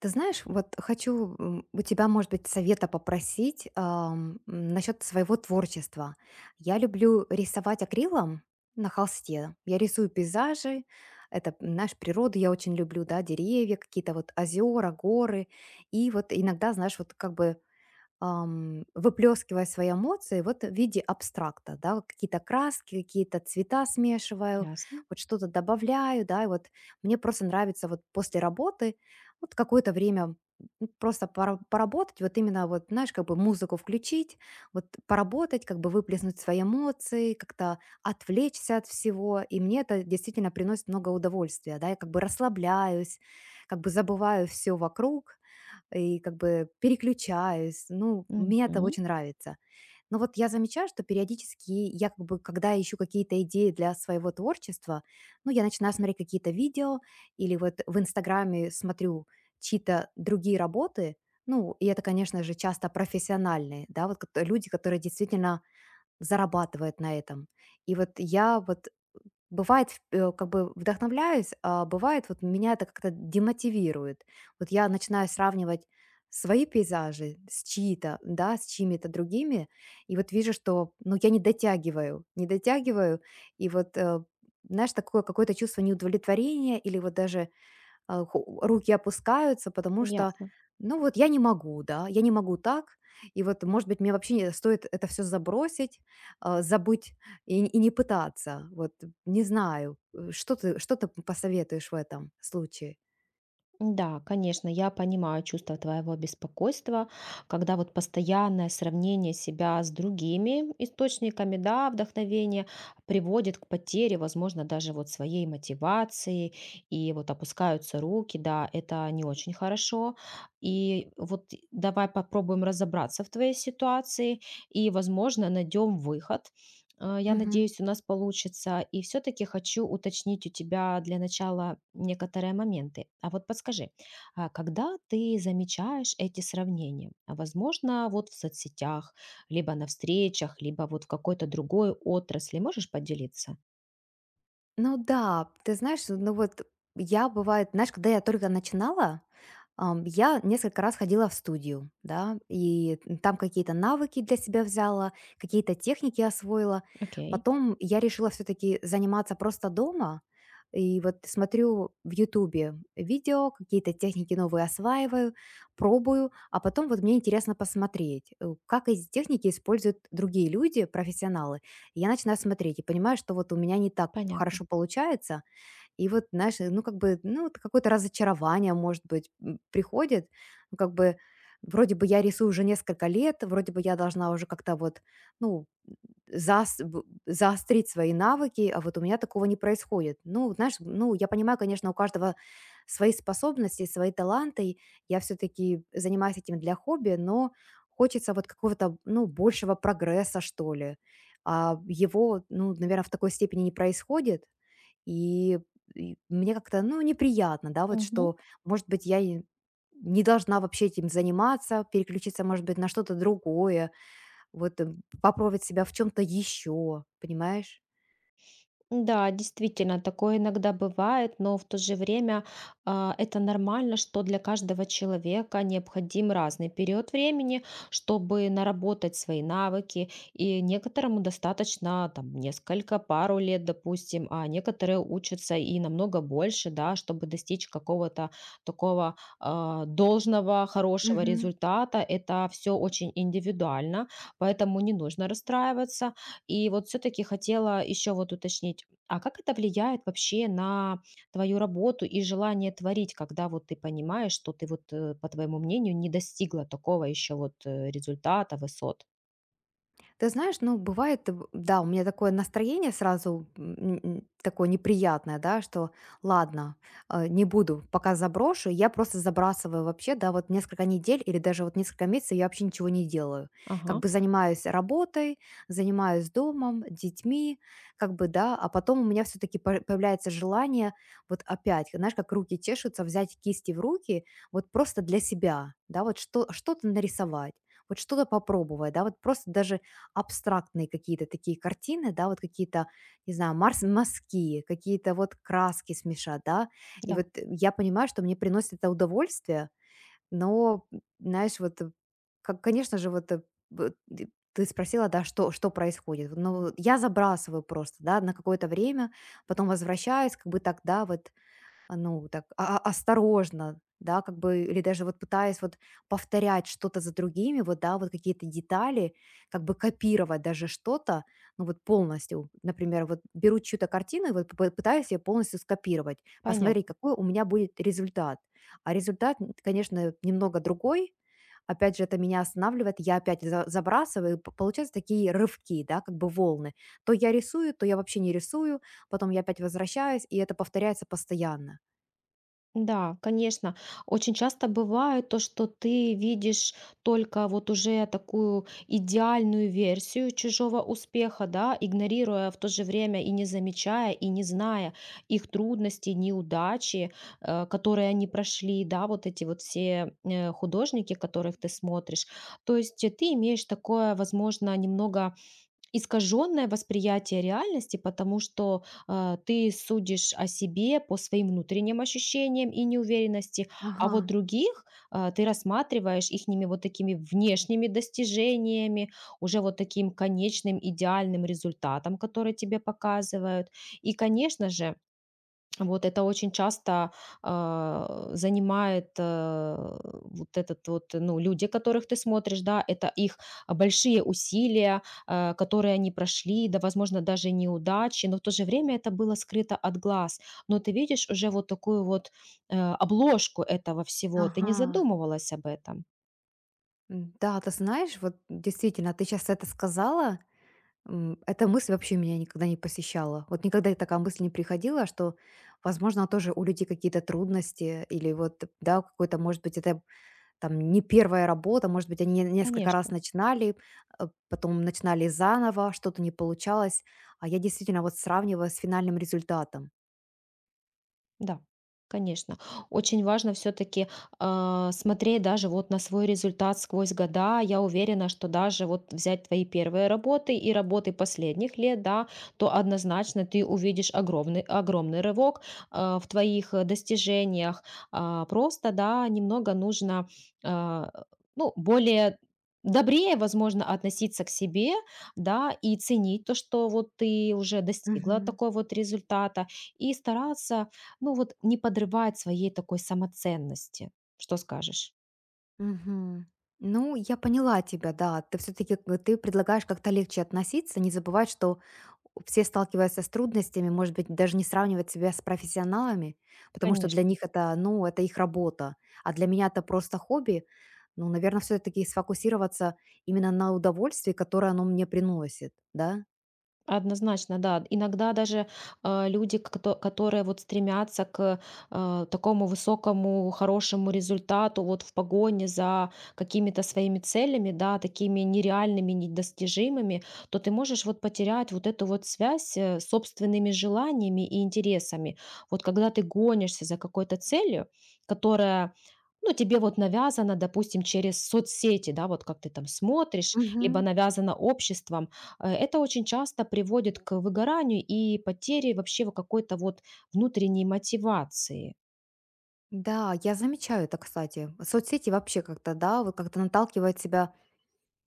Ты знаешь, вот хочу у тебя, может быть, совета попросить насчет своего творчества. Я люблю рисовать акрилом на холсте. Я рисую пейзажи, это, знаешь, природу я очень люблю, да, деревья, какие-то вот озера, горы. И вот иногда, знаешь, вот как бы выплескивая свои эмоции вот в виде абстракта, да, вот какие-то краски, какие-то цвета смешиваю, Ясно. вот что-то добавляю, да, и вот мне просто нравится вот после работы вот какое-то время просто поработать, вот именно вот, знаешь, как бы музыку включить, вот поработать, как бы выплеснуть свои эмоции, как-то отвлечься от всего, и мне это действительно приносит много удовольствия, да, я как бы расслабляюсь, как бы забываю все вокруг, и как бы переключаюсь. Ну, мне это Мгм. очень нравится. Но вот я замечаю, что периодически я как бы, когда ищу какие-то идеи для своего творчества, ну, я начинаю смотреть какие-то видео или вот в Инстаграме смотрю чьи-то другие работы, ну, и это, конечно же, часто профессиональные, да, вот люди, которые действительно зарабатывают на этом. И вот я вот бывает, как бы вдохновляюсь, а бывает, вот меня это как-то демотивирует. Вот я начинаю сравнивать свои пейзажи с чьи-то, да, с чьими-то другими, и вот вижу, что, ну, я не дотягиваю, не дотягиваю, и вот, знаешь, такое какое-то чувство неудовлетворения или вот даже а, ху руки опускаются, потому что, Ясно. ну, вот я не могу, да, я не могу так. И вот, может быть, мне вообще не стоит это все забросить, забыть и не пытаться. Вот не знаю, что ты посоветуешь в этом случае? Да, конечно, я понимаю чувство твоего беспокойства, когда вот постоянное сравнение себя с другими источниками, да, вдохновения приводит к потере, возможно, даже вот своей мотивации, и вот опускаются руки, да, это не очень хорошо. И вот давай попробуем разобраться в твоей ситуации, и, возможно, найдем выход. Я надеюсь, у нас получится. И все-таки хочу уточнить у тебя для начала некоторые моменты. А вот подскажи, а когда ты замечаешь эти сравнения? Возможно, вот в соцсетях, либо на встречах, либо вот в какой-то другой отрасли. Можешь поделиться? Ну да, ты знаешь, ну вот я бывает, знаешь, когда я только начинала, я несколько раз ходила в студию, да, и там какие-то навыки для себя взяла, какие-то техники освоила. Окей, Потом я решила все-таки заниматься просто дома. И вот смотрю в Ютубе видео, какие-то техники новые осваиваю, пробую, а потом вот мне интересно посмотреть, как эти техники используют другие люди, профессионалы. И я начинаю смотреть и понимаю, что вот у меня не так понятно. хорошо получается, и вот, знаешь, ну, как бы, ну, вот какое-то разочарование, может быть, приходит. Ну, как бы, вроде бы я рисую уже несколько лет, вроде бы я должна уже как-то вот, ну, заострить свои навыки, а вот у меня такого не происходит. Ну, знаешь, ну, я понимаю, конечно, у каждого свои способности, свои таланты. Я все-таки занимаюсь этим для хобби, но хочется вот какого-то, ну, большего прогресса, что ли. А его, ну, наверное, в такой степени не происходит. И и мне как-то, ну, неприятно, да, вот что, может быть, я и не должна вообще этим заниматься, переключиться, может быть, на что-то другое, вот попробовать себя в чем-то еще, понимаешь? Да, действительно, такое иногда бывает, но в то же время это нормально, что для каждого человека необходим разный период времени, чтобы наработать свои навыки. И некоторому достаточно там несколько, пару лет, допустим, а некоторые учатся и намного больше, да, чтобы достичь какого-то такого должного, хорошего результата. Это все очень индивидуально, поэтому не нужно расстраиваться. И вот все-таки хотела еще вот уточнить, а как это влияет вообще на твою работу и желание творить, когда вот ты понимаешь, что ты вот, по твоему мнению, не достигла такого еще вот, результата, высот? Ты знаешь, ну, бывает, да, у меня такое настроение сразу такое неприятное, да, что ладно, не буду, пока заброшу, я просто забрасываю вообще, да, вот несколько недель или даже вот несколько месяцев я вообще ничего не делаю. Как Ага, бы занимаюсь работой, занимаюсь домом, детьми, как бы, да, а потом у меня все-таки появляется желание вот опять, знаешь, как руки чешутся, взять кисти в руки, вот просто для себя, да, вот что, что-то нарисовать вот что-то попробовать, да, вот просто даже абстрактные какие-то такие картины, да, вот какие-то, не знаю, марс мазки, какие-то вот краски смешать, да. И да, вот я понимаю, что мне приносит это удовольствие, но, знаешь, вот, как, конечно же, вот б- ты ты спросила, да, что, что происходит. Вот, ну, я забрасываю просто, да, на какое-то время, потом возвращаюсь, как бы так, да, вот ну, так осторожно, да, как бы, или даже вот пытаясь вот повторять что-то за другими, вот, да, вот какие-то детали, как бы копировать даже что-то, ну, вот полностью. Например, вот беру чью-то картину и вот п пытаюсь ее полностью скопировать, посмотреть, понятно. какой у меня будет результат. А результат, н конечно, немного другой. Опять же, это меня останавливает, я опять за забрасываю, и п получаются такие рывки, да, как бы волны. То я рисую, то я вообще не рисую, потом я опять возвращаюсь, и это повторяется постоянно. Да, конечно. Очень часто бывает то, что ты видишь только вот уже такую идеальную версию чужого успеха, да, игнорируя в то же время и не замечая, и не зная их трудностей, неудачи, которые они прошли, да, вот эти вот все художники, которых ты смотришь. То есть ты имеешь такое, возможно, немного искаженное восприятие реальности, потому что, ты судишь о себе по своим внутренним ощущениям и неуверенности, а Ага, вот других, ты рассматриваешь ихними вот такими внешними достижениями, уже вот таким конечным идеальным результатом, который тебе показывают. И, конечно же, вот это очень часто, а, занимает, э, вот этот вот, ну, люди, которых ты смотришь, да, это их большие усилия, которые они прошли, да, возможно, даже неудачи, но в то же время это было скрыто от глаз. Но ты видишь уже вот такую вот, обложку этого всего, ты не ага. задумывалась об этом. Да, ты знаешь, вот действительно, ты сейчас это сказала, эта мысль вообще меня никогда не посещала. Вот никогда и такая мысль не приходила, что, возможно, тоже у людей какие-то трудности или вот, да, какой-то, может быть, это там не первая работа, может быть, они несколько раз Конечно. начинали, потом начинали заново, что-то не получалось. А я действительно вот сравниваю с финальным результатом. Да, конечно. Очень важно все-таки смотреть даже вот на свой результат сквозь года. Я уверена, что даже вот взять твои первые работы и работы последних лет, да, то однозначно ты увидишь огромный, огромный рывок в твоих достижениях. Просто, да, немного нужно, а, ну, более добрее, возможно, относиться к себе, да, и ценить то, что вот ты уже достигла такой вот результата, и стараться ну вот не подрывает своей такой самоценности. Что скажешь? Мгм. Ну, я поняла тебя, да. Ты все-таки ты предлагаешь как-то легче относиться, не забывать, что все сталкиваются с трудностями, может быть, даже не сравнивать себя с профессионалами, потому что для Конечно. них это, ну, это их работа, а для меня это просто хобби. Ну, наверное, все-таки сфокусироваться именно на удовольствии, которое оно мне приносит, да? Однозначно, да. Иногда даже люди, которые вот стремятся к такому высокому, хорошему результату вот в погоне за какими-то своими целями, да, такими нереальными, недостижимыми, то ты можешь вот потерять вот эту вот связь с собственными желаниями и интересами. Вот когда ты гонишься за какой-то целью, которая, ну, тебе вот навязано, допустим, через соцсети, да, вот как ты там смотришь, либо Мгм. навязано обществом. Это очень часто приводит к выгоранию и потере вообще во какой-то вот внутренней мотивации. Да, я замечаю это, кстати. Соцсети вообще как-то, да, вот как-то наталкивают себя,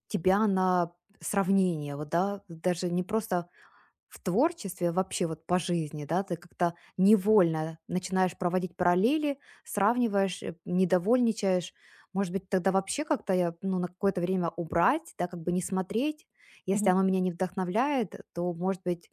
тебя на сравнение, вот, да, даже не просто в творчестве, вообще вот по жизни, да, ты как-то невольно начинаешь проводить параллели, сравниваешь, недовольничаешь. Может быть, тогда вообще как-то я, ну, на какое-то время убрать, да, как бы не смотреть. Если Мгм. оно меня не вдохновляет, то, может быть,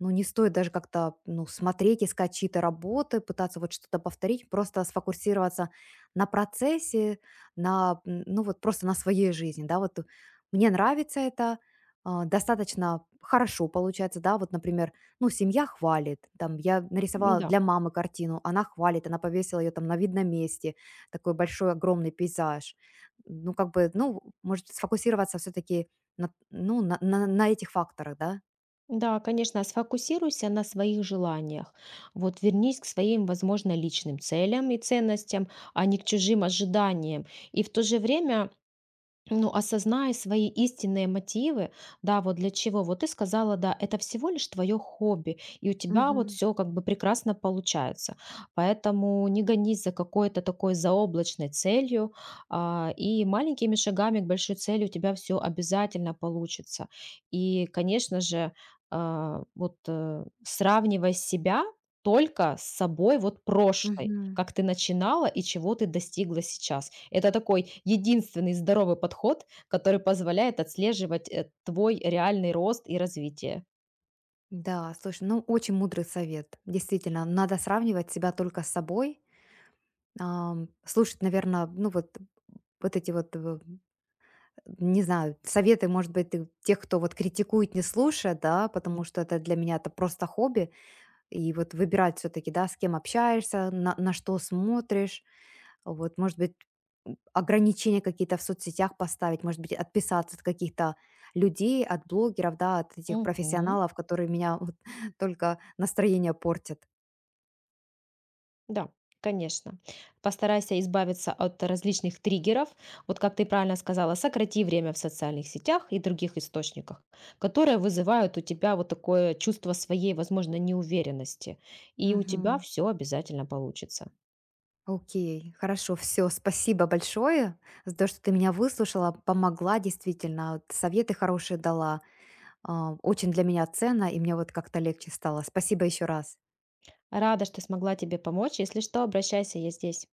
ну, не стоит даже как-то, ну, смотреть, искать чьи-то работы, пытаться вот что-то повторить, просто сфокусироваться на процессе, на, ну, вот просто на своей жизни, да, вот мне нравится это, достаточно хорошо получается, да, вот, например, ну, семья хвалит, там, я нарисовала Да. для мамы картину, она хвалит, она повесила ее там на видном месте, такой большой, огромный пейзаж, ну, как бы, ну, может, сфокусироваться все-таки на, ну, на этих факторах, да? Да, конечно, сфокусируйся на своих желаниях. Вот вернись к своим, возможно, личным целям и ценностям, а не к чужим ожиданиям. И в то же время, ну, осознай свои истинные мотивы, да, вот для чего. Вот ты сказала, да, это всего лишь твое хобби, и у тебя вот Мгм. все как бы прекрасно получается. Поэтому не гонись за какой-то такой заоблачной целью, и маленькими шагами к большой цели у тебя все обязательно получится. И, конечно же, сравнивая себя только с собой вот прошлой, Мгм. как ты начинала и чего ты достигла сейчас. Это такой единственный здоровый подход, который позволяет отслеживать, твой реальный рост и развитие. Да, слушай, ну, очень мудрый совет, действительно, надо сравнивать себя только с собой, слушать, наверное, ну, вот, вот эти вот не знаю, советы, может быть, ты тех, кто вот критикует, не слушая, да, потому что это для меня это просто хобби. И вот выбирать все-таки, да, с кем общаешься, на что смотришь, вот, может быть, ограничения какие-то в соцсетях поставить, может быть, отписаться от каких-то людей, от блогеров, да, от этих Мгм. профессионалов, которые меня вот только настроение портят. Да, конечно. Постарайся избавиться от различных триггеров. Вот как ты правильно сказала, сократи время в социальных сетях и других источниках, которые вызывают у тебя вот такое чувство своей, возможно, неуверенности. И у тебя Мгм. все обязательно получится. Окей, хорошо, все, спасибо большое за то, что ты меня выслушала, помогла действительно, вот советы хорошие дала. Очень для меня ценно, и мне вот как-то легче стало. Спасибо еще раз. Рада, что смогла тебе помочь. Если что, обращайся, я здесь.